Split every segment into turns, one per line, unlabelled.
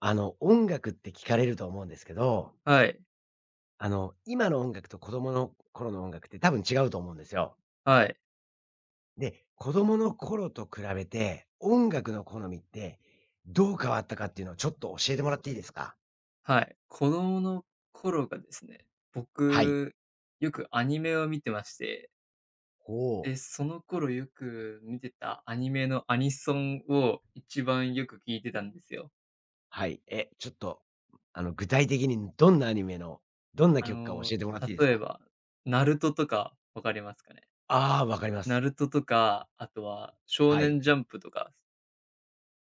音楽って聞かれると思うんですけど、
はい、
今の音楽と子供の頃の音楽って多分違うと思うんですよ。
はい、
で、子供の頃と比べて、音楽の好みってどう変わったかっていうのをちょっと教えてもらっていいですか？
はい。子供の頃がですね、
はい。
僕、よくアニメを見てまして、で、
ほう。
その頃よく見てたアニメのアニソンを一番よく聞いてたんですよ。
はい。え、ちょっと、具体的にどんなアニメの、どんな
あ
曲か教
の、
えてもらっていいです
例え
か？
ば、ナルトとかわかりますかね？
ああー、わかりま
ナ
す。
ルトとか、あとは少
は
年
い。
ジャンプとか、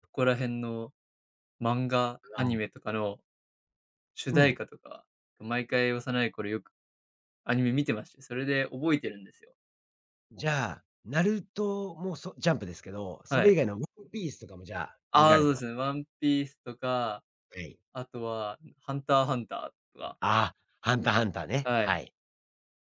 そこら辺の漫画、
あ
アニ
の
メとかの主
う
題
ん。
歌とか、毎回幼い頃よくアニメ見てまして、それで覚えてるんですよ。
じゃあ、ナルトもそジャンプですけど、そ
は
れ
い。
以外のワンピースとかもじゃあ、見
あ
ら
あ、
れ
そう
て
で
ま
すね。
す。
ワンピースとか、
はい。
あとはハンターハンターとか、
ああ、ハンターハンターね、
はい。
はい。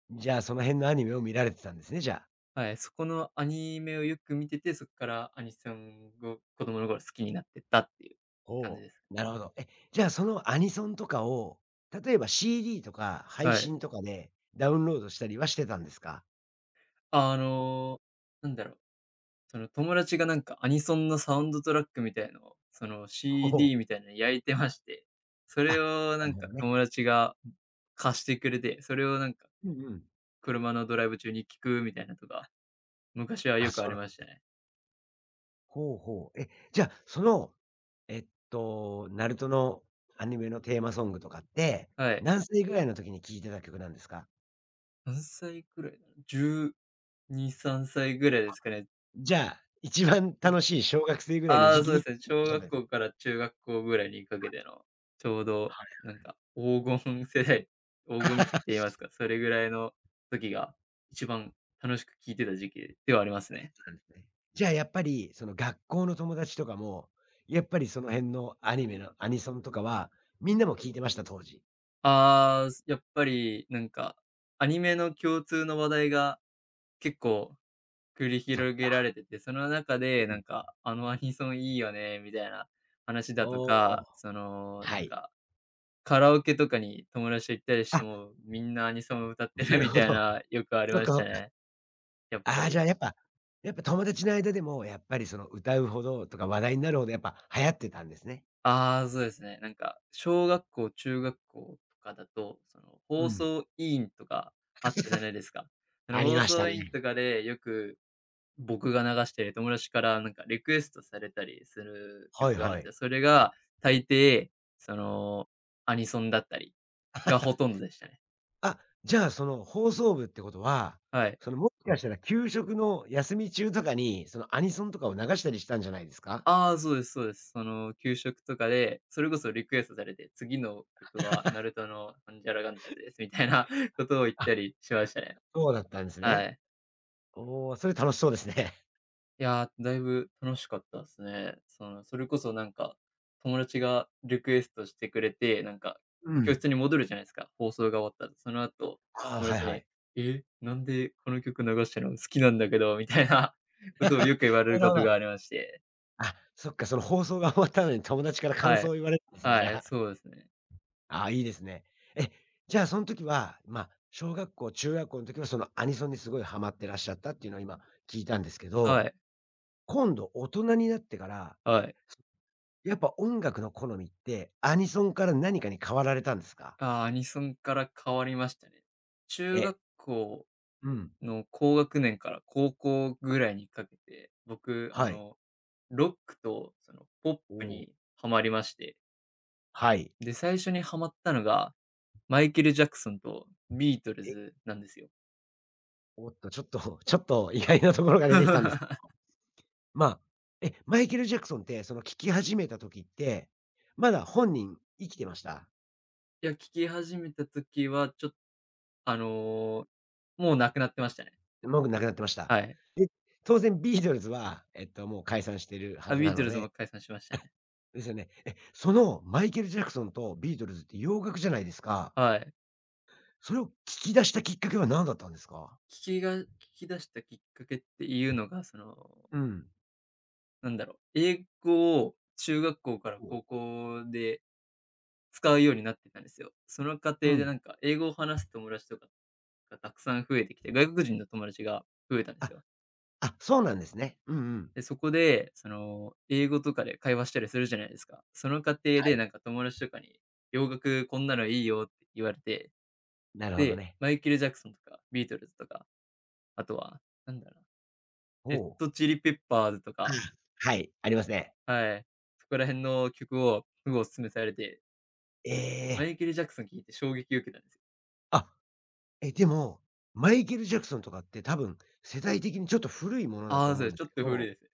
じゃあ、その辺のアニメを見られてたんですね、じゃあ。
はい、そこのアニメをよく見てて、そこからアニソンを子供の頃好きになってったっていう感じ
ほ
です。
う。なるほど。え、じゃあ、そのアニソンとかを、例えば CD とか配
はい。
信とかでダウンロードしたりはしてたんですか？
あのー、なんだろう、その友達がなんかアニソンのサウンドトラックみたいのを、その
ほう。
CD みたいなの焼いてまして、そ
あ、
れ
な
をな
る
ん
ほ
か
どね。
友達が貸してくれて、それをなんか
うんうん。
車のドライブ中に聴くみたいなとか、昔は
あ、
よく
そ
あ
う
り
なん、
ましたね。
ほうほう。え、じゃあ、その、ナルトのアニメのテーマソングとかって、
はい。
何歳ぐらいの時に聴いてた曲なんですか？
何歳くらいだろう、13歳ぐらいですかね。
じゃあ、一番
うん。
楽しい小学生ぐらいの
ああ、
時
そ
期
うで
に。
すね、小
そう
学
ですね。
校から中学校ぐらいにか
あ、
けての、ちょうど
はい。
なんか黄金世代、黄金期って言いますか、それぐらいの時が一番楽しく聴いてた時期ではあり
あ、そう
ますね。
なんですね。じゃあやっぱり、その学校の友達とかも、やっぱりその辺のアニメのアニソンとかは、みんなも聞いてました？当時。
ああ、すやっぱりなんか、アニメの共通の話題が結構繰り
そっ
広げら
か。
れてて、その中で
う
な
ん。
んか、「あのアニソンいいよね」みたいな話だと
おお、
か、その、な
は
ん
い。
かカラオケとかに友達と行ったりして
あ、
も、みんなアニソンを歌って
な
る
る
み
ほ
たい
ど。
な、よくあり
そっ
ま
か
し
そ
た
っか。
ね、やっぱ
ああ、じゃ
り。
あやっぱ、やっぱ友達の間でも、やっぱりその歌うほどとか話題になるほどやっぱ流行ってたんですね。
ああ、そうですね。なんか、小学校、中学校とかだと、その、
う
放
ん。
送委員とかあったじゃないですか。その
あり
放
ました
送委
ね。
員とかで、よく僕が流してる友達からなんかリクエストされたりする
はい
曲があるん
は
です
い。
よ。それが大抵、その、アニソンだったりがほとんどでしたね。
あ、じゃあその放送部ってことは、
はい。
そのもしかしたら給食の休み中とかに、そのアニソンとかを流したりしたんじゃないですか？
ああ、そうですそうです。その、給食とかで、それこそリクエストされて、次の曲はナルトのなんジゃらかんちゃらですみたいな ことを言っ
あ。
たりしましたね。
そうだったんです
は
ね。
い。
おお、それ楽しそうですね。
いやー、だいぶ楽しかったですね。その、それこそなんか、友達がリクエストしてくれて、なんか、
う
教
ん。
室に戻るじゃないですか、放送が終わったら。その後、
ああ、
友
はい
達
は
に、
い。
「え、なんでこの曲流したの？好きなんだけど」みたいな ことをよく言われる
なる
こ
ほ
とがあ
ど。
りまして。
あ、そっか、その放送が終わったのに友達から感
は
想
い、
を言われたんですね、じゃ
はい、
あ。
そうですね。
ああ、いいですね。え、じゃあその時は、まあ、小学校、中学校の時はそのアニソンにすごいハマってらっしゃったっていうのを今聞いたんですけ
は
ど、
い、
今度大人になってから、
はい。
やっぱ音楽の好みって、アニソンから何かに変わられたんですか？
ああ、アニソンから変わりましたね。中
え、
学校
うん、
の高学年から高校ぐらいにかけて、僕、
はい。
ロックとそのポッ
お
プ
お、
にハマりまして、
はい。
で、最初にハマったのが、マイケル・ジャクソンとビートル
え、
ズなんですよ。
おっと、ちょっと意外なところが出てきたんです、 まあ、え、マイケル・ジャクソンって、その聞き始めた時って、まだ本人生きてました。
いや、聴き始めた時は、ちょっとあの、もう亡くなってましたね。
もう亡くなってました。
はい。
で、当然ビートルズは、もう解散してるは
あ、
ず
ビ
な
ート
の
ルズも
で、
解散しましたね。
ですよね。え、そのマイケル・ジャクソンとビートルズって洋楽じゃないですか。
はい。
それを聞き出したきっかけは何だったんですか？
聞きが聴き出したきっかけっていうのが、その
うん。
英語を中学校から
お、
高校で使うようになってたんですよ。その過
う
程でな
ん。
んか、英語を話す友達とかがたくさん増えてきて、外国人の友達が増えたんです
あ、
よ。
あ、そうなんですね。うんうん。
で、そこで、その、英語とかで会話したりするじゃないですか。その過程
は
で
い。
なんか友達とかに、洋楽こんなのいいよって言われて、
なるほど
で、
ね。
マイケル・ジャクソンとか、ビートルズとか、あとは、なんだろうな、レッ
お、
ド・チリ・ペッパーズとか、
ああ、はい、ありますね。
はい、そこら辺の曲をすごいお勧めされて、
え
マ
え。
イケル・ジャクソン聞いて衝撃を受けたんですよ。
あ、え、でも、マイケル・ジャクソンとかって多分、世代的にちょっと古いものだと
ああ、そう
思う
で
ん
す。
で
ちょ
す
っ
け
と古い
ど、
ですね。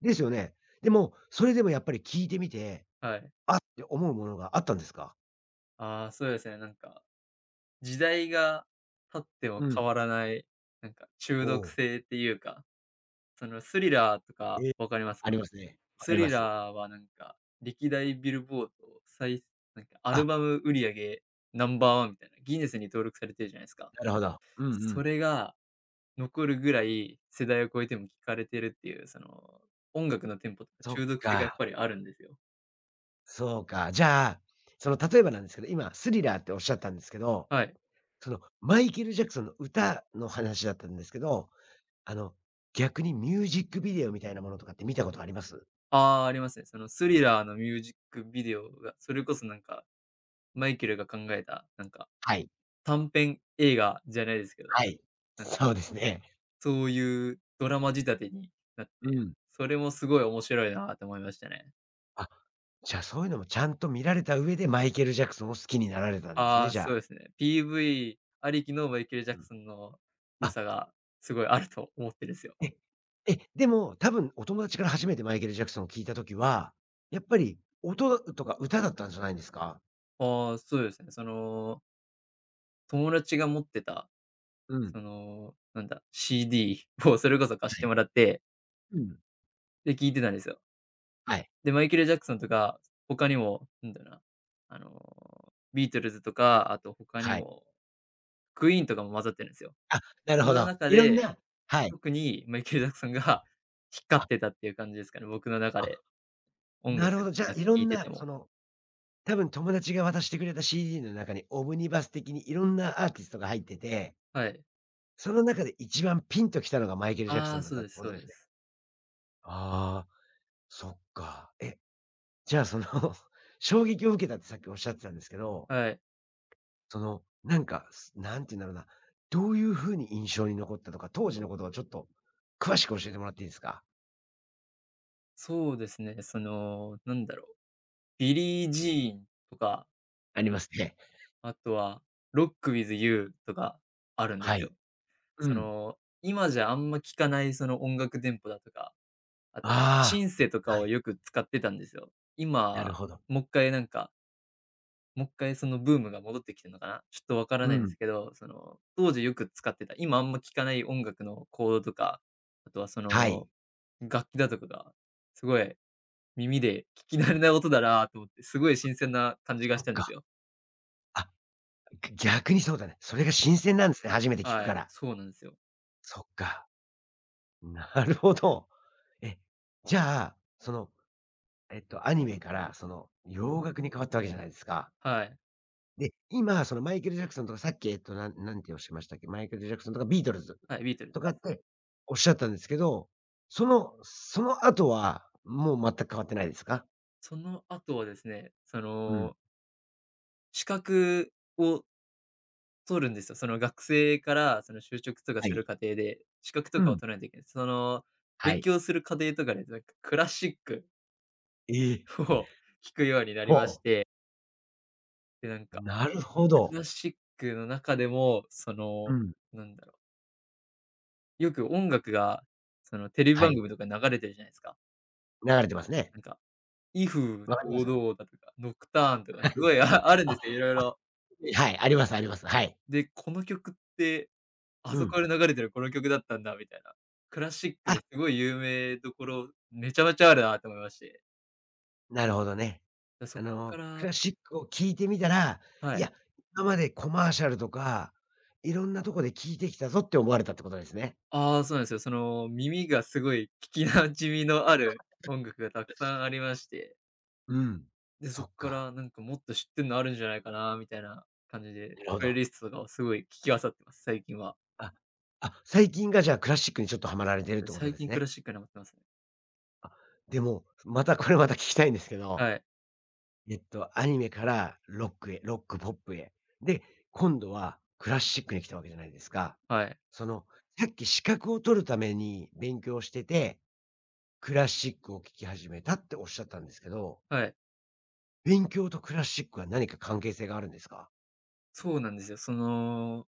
ですよね。でも、それでもやっぱり聞いてみて、
はい。
あって思うものがあったんですか？
ああ、そうですね。なんか、時代が経っても
う
変
ん。
わらない、なんか中
お
毒
お、
性っていうか、そのスリラーとか
え、
わかります
あり
か？
ますね。わか
ス
り
リ
ます。
ラーはなんか、歴代ビルボードなんかア
あ、
ルバム売り上げナンバーワンみたいな、ギネスに登録されてるじゃないですか。
なるほど。うんう
そ
ん。
れが残るぐらい、世代を超えても聞かれてるっていう、その、音楽のテンポとか
そっ
中毒性がやっ
か、
ぱりあるんですよ。
そうか。じゃあ、その例えばなんですけど、今スリラーっておっしゃったんですけど、
はい。
そのマイケル・ジャクソンの歌の話だったんですけど、あの、逆にミュージックビデオみたいなものとかって見たことあります？
ああ、ありますね。そのスリラーのミュージックビデオが、それこそなんか、マイケルが考えた、なんか、
はい。
短編映画じゃないですけど、
はい。
なんか、
そうですね。
そういうドラマ仕立てになっ
う
て、
ん。
それもすごい面白いなと思いましたね。
あ、じゃあ、そういうのもちゃんと見られた上で、マイケル・ジャクソンを好きになられたんです
あ
ね、
あ、
じゃ
そう
あ。
ですね。PV ありきのマイケル・ジ
う
ャク
ん。
ソンの良
あ、
さがすごいあると思ってるんですよ。
え、え、でも、多分お友達から初めてマイケル・ジャクソンを聞いたときは、やっぱり音とか歌だったんじゃないんですか？
ああ、そうですね。その、友達が持ってた、
うん。
その、なんだ、CD をそれこそ貸し
は
て
い。
もらって、
うん。
で、聞いてたんですよ。
はい。
で、マイケル・ジャクソンとか、他にも、なんだろうな、あの、ビートルズとか、あと他に
はい。
も、クイーンとかも混ざってるんですよ。
あ、なる
そ
ほ
の
ど。
中
いろん
で、
な、はい。
特にマイケル・ジャクソンが 光っ
あ、
てたっていう感じですかね、僕の中
あ、
で。音
なるほ
楽
ど。じゃあ、
だ
い
け聴
ろ
い
ん
て
な、
て
そ
も。
の、多分友達が渡してくれた CD の中に、オムニバス的にいろんなアーティストが入ってて、
はい。
その中で一番ピンときたのがマイケル・ジャク
あ
ソ
あ、
ンだっ
そう
たっ
で
て
す
こ
そ
と
う
で
で
すね。
す。
ああ、そっか。え、じゃあその 衝撃を受けたってさっきおっしゃってたんですけど、
はい。
その、なんか、すなんて言うんだろうな、どういう風に印象に残ったとか、当時のことをちょっと詳しく教えてもらっていいですか？
そうですね、その、ビリー・ジーンとか、
ありますね。
あとは、ロック・ウィズ・ユーとかあるんです
は
よ。
い。う
そ
ん。
の、今じゃあんま聞かないその音楽店舗だとかあと、シ
ああ、
ンセとか
は
を
い。
よく使ってたんですよ。
なる
今、
ほど。
もっかいなんか、もっかいそのブームが戻ってきてるのかな、ちょっとわから
う
ないんです
ん。
けど、その、当時よく使ってた、今あんま聞かない音楽のコードとか、あとはそ
は
の、
い。
楽器だとかが、すごい耳で聞き慣れない音だなと思って、すごい新鮮な感じがし
そっ
たんです
か。
よ。
あ、ぎ逆にそうだね。それが新鮮なんですね、初めて聞く
は
か
い、
ら。
そうなんですよ。
そっか。なるほど。え、じゃあ、その、アニメから、その、洋楽に変わったわけじゃないですか。
はい。
で、今、その、マイケル・ジャクソンとか、さっき、えっと、なんなんておっしゃいましたっけ、マイケル・ジャクソンとか、ビートルズ
はい、ビートル
とか
ズ。
っておっしゃったんですけど、そのその後は、もう全く変わってないですか？
その後はですね、そ
うん。
の、資格を取るんですよ。その学生からその就職とか
は
する
い。
過程で、資格と
う
かを
ん。
取らないといけない。その、
は
勉
い。
強する過程とかで、なんかクラシック
え
を
え、
聴くようになり
ほ
まし
う、
て、で、なんか、
なるほ
ク
ど。
ラシックの中でも、そ
う
の、
ん。
なんだろよく音楽が、そのテレビ
は
番
い。
組とかに流れてるじゃないですか。
流れてますね。
なんか、威風
わかりまし
堂
た。
々だとか、ノクターン とか
は
す
い。
ごいああるんですよ、
あ、
いろいろ
はい、ありますあります。はい。
で、この曲ってあ
う
そ
ん。
こで流れてるこの曲だったんだみたいな。クラシック
あ、
ですごい有名どころ、めちゃめちゃあるなと思いまして。
なるほどね。
で、そっか
ク
ら
ラシックを聞いてみたら、
は
い
い。
や、今までコマーシャルとか、いろんなとこで聞いてきたぞって思われたってことですね。
ああ、そうなんですよ。その、耳がすごい聞き馴染みのある音楽がたくさんありまして、
うん。
で、そ
そ
っ
っ
か
か。
らなんかもっと知ってんのあるんじゃないかなみたいな感じで、
なるほ
プレイ
ど。
リストとかをすごい聞き漁ってます、最近は。
あ、あ、最近がじゃあクラシックにちょっとハマられてるってこと
最
で
近
す
ク
ね。
ラシックにハマってますね。
あ、でも、またこれまた聞きたいんですけど、
はい、
えっと、アニメからロックへ、ロックポップへ。で、今度はクラシックに来たわけじゃないですか。
はい、
その、さっき資格を取るために勉強しててクラシックを聴き始めたっておっしゃったんですけど、
はい。
勉強とクラシックは何か関係性があるんですか？
そうなんですよ。その、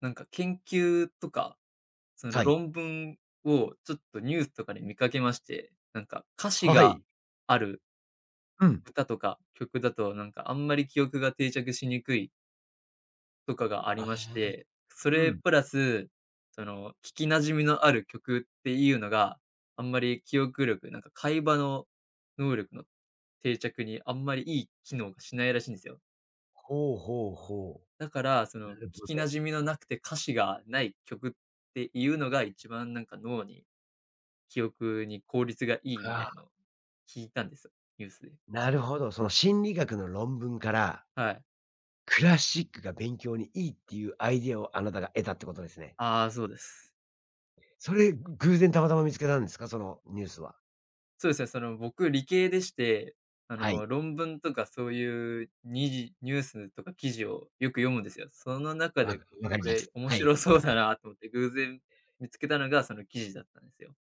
なんか研究とかその
はい。
論文をちょっとニュースとかで見かけまして、なんか歌詞
は
が
い。
ある
うん。
歌とか曲だと、なんかあんまり記憶が定着しにくいとかがあり
あ
まし
あ、
て、そ
う
れ
ん。
プラス、その聞き馴染みのある曲っていうのが、あんまり記憶力、なんか会話の能力の定着にあんまりいい機能がしないらしいんですよ。
ほうほうほ
だから、そ
う。な
の聞
るほ
き馴
ど。
染みのなくて歌詞がない曲っていうのが一番なんか脳に記憶に効率がいいみ
あ
たいの
あ、
を聞いたんですよ、ニュースで。
なるほど。その心理学の論文から、
はい。
クラシックが勉強にいいっていうアイディアをあなたが得たってことですね。
ああ、そうです。
それ、偶然たまたま見つけたんですか？そのニュースは。
そうですね、その、僕理系でして、あ
はい。
の、論文とかそういうニュースとか記事をよく読むんですよ。その中
わ、
で、
わか
こ
りま
れ
す。
面
はい。
白そうだなと思って偶然見つけたのがその記事だったんですよ。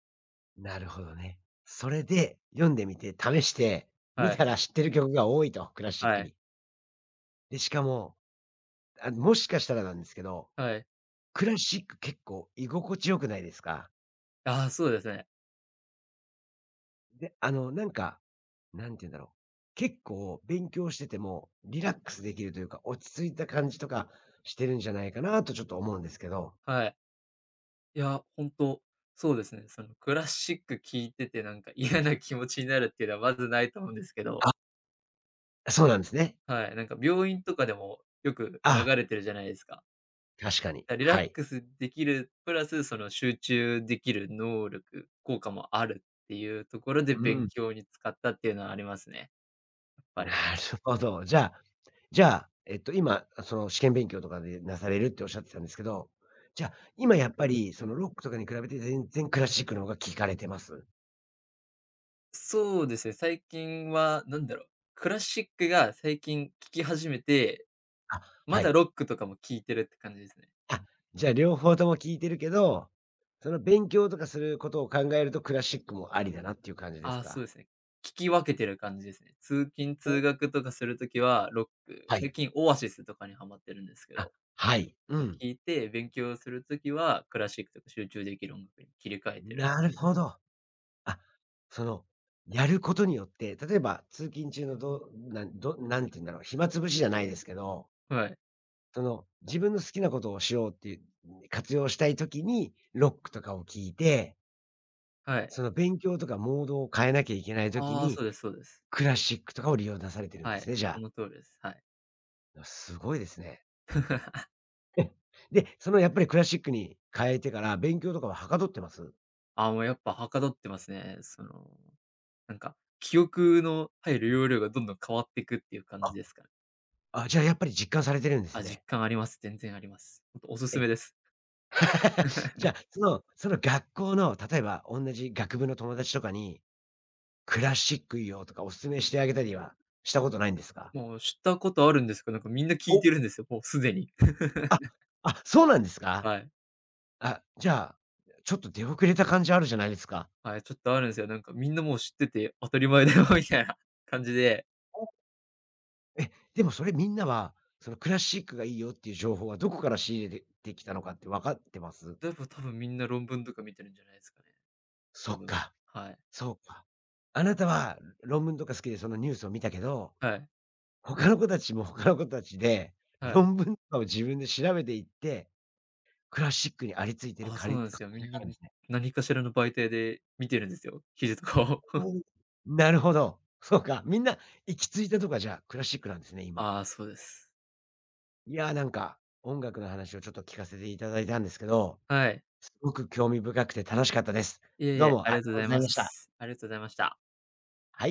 なるほどね。それで、読んでみて、試して、見
はい、
たら知ってる曲が多いと、クラシッ
は
ク
い、
に。で、しかも、あ、もしかしたらなんですけど、
はい。
クラシック結構居心地良くないですか？
ああ、そうですね。
で、なんか、なんて言うんだろう、結構勉強してても、リラックスできるというか、落ち着いた感じとかしてるんじゃないかなとちょっと思うんですけど。
はい。いや、本当そうですね。そのクラシック聞いててなんか嫌な気持ちになるっていうのはまずないと思うんですけど
あ、そうなんですね。
はい、なんか病院とかでもよく流
あ、
れてるじゃないですか。
確かに。
だリラ
は
ッ
い。
クスできる、プラスその集中できる能力、効果もあるっていうところで
う
勉
ん、
強に使ったっていうのはありますね、やっぱ
なる
り。
ほど。じゃあ、じゃあ、今、その試験勉強とかでなされるっておっしゃってたんですけど、じゃあ、今やっぱりそのロックとかに比べて全然クラシックの方が聞かれてます？
そうですね、最近はなんだろう、クラシックが最近聴き始めて、
あ、
ま
は
だ
い。
ロックとかも聴いてるって感じですね。
あ、じゃあ両方とも聞いてるけど、その勉強とかすることを考えるとクラシックもありだなっていう感じで
あ
す
あ、そう
か？
ですね。聞き分けてる感じですね。通勤
お、
通学とかするときはロック、
は
最
い。
近オアシスとかにハマってるんですけ
あ、
ど。
はい。
と
う
か
ん。
聞いて、勉強するときは、クラシックとか集中できる音楽に切り替えてるっ
な
てい
る
う。
ほど。あ、その、やることによって、例えば通勤中のどなんどなんて言うんだろう、暇つぶしじゃないですけど、
はい、
その、自分の好きなことをしようっていう、活用したいときに、ロックとかを聞いて、
はい。
その勉強とかモードを変えなきゃいけないとき
ああ、そ
に、
うですそうです。
クラシックとかを利用なされてるんで
は
す
い、
ね、じ
そ
ゃ
の通りです。はい。
あ。すごいですね。で、そのやっぱりクラシックに変えてから勉強とかははかどってます？
ああ、もうやっぱはかどってますね。その、なんか、記憶の入る容量がどんどん変わっていくっていう感じ
あ、
ですかね。
あ、じゃあやっぱり実感されてるんです
あ、
ね。
実感あります。全然あります。ほんとおすす
え、
めです。
じゃあ、そのその学校の、例えば同じ学部の友達とかに、クラシックいいよとかお勧めしてあげたりはしたことないんですか？
もう知ったことあるんですけど、なんかみんな聞い
お！
てるんですよ、もうすでに。
あ、あ、そうなんですか？
はい。
あ、じゃあ、ちょっと出遅れた感じあるじゃないですか。
はい、ちょっとあるんですよ。なんかみんなもう知ってて当たり前だよ みたいな感じで
え、でもそれみんなは、そのクラシックがいいよっていう情報はどこから仕入れてきたのかって分かってます？
でも多分みんな論文とか見てるんじゃないですかね。
そ
多
っ
分。
か、
はい。
そうか。あなたは論文とか好きでそのニュースを見たけど、
はい。
他の子たちも他の子たちで、
はい。
論文とかを自分で調べていって、クラシックにありついてる
あ
か
そう
りっ
なん
て
で
あ
すよ。みんな、
るんですね。
何かしらの媒体で見てるんですよ、記事とかを。
おお、なるほど。そうか、みんな行き着いたとこはじゃあクラシックなんですね、今。
ああ、そうです。
いやー、なんか、音楽の話をちょっと聞かせていただいたんですけど、
はい。
すごく興味深くて楽しかったです。
いえい
どう
え、あ
もあ
り
り
がとう
が
ご
と
ざ
う
い
ござ
ま
いました。
す。ありがとうございました。
はい。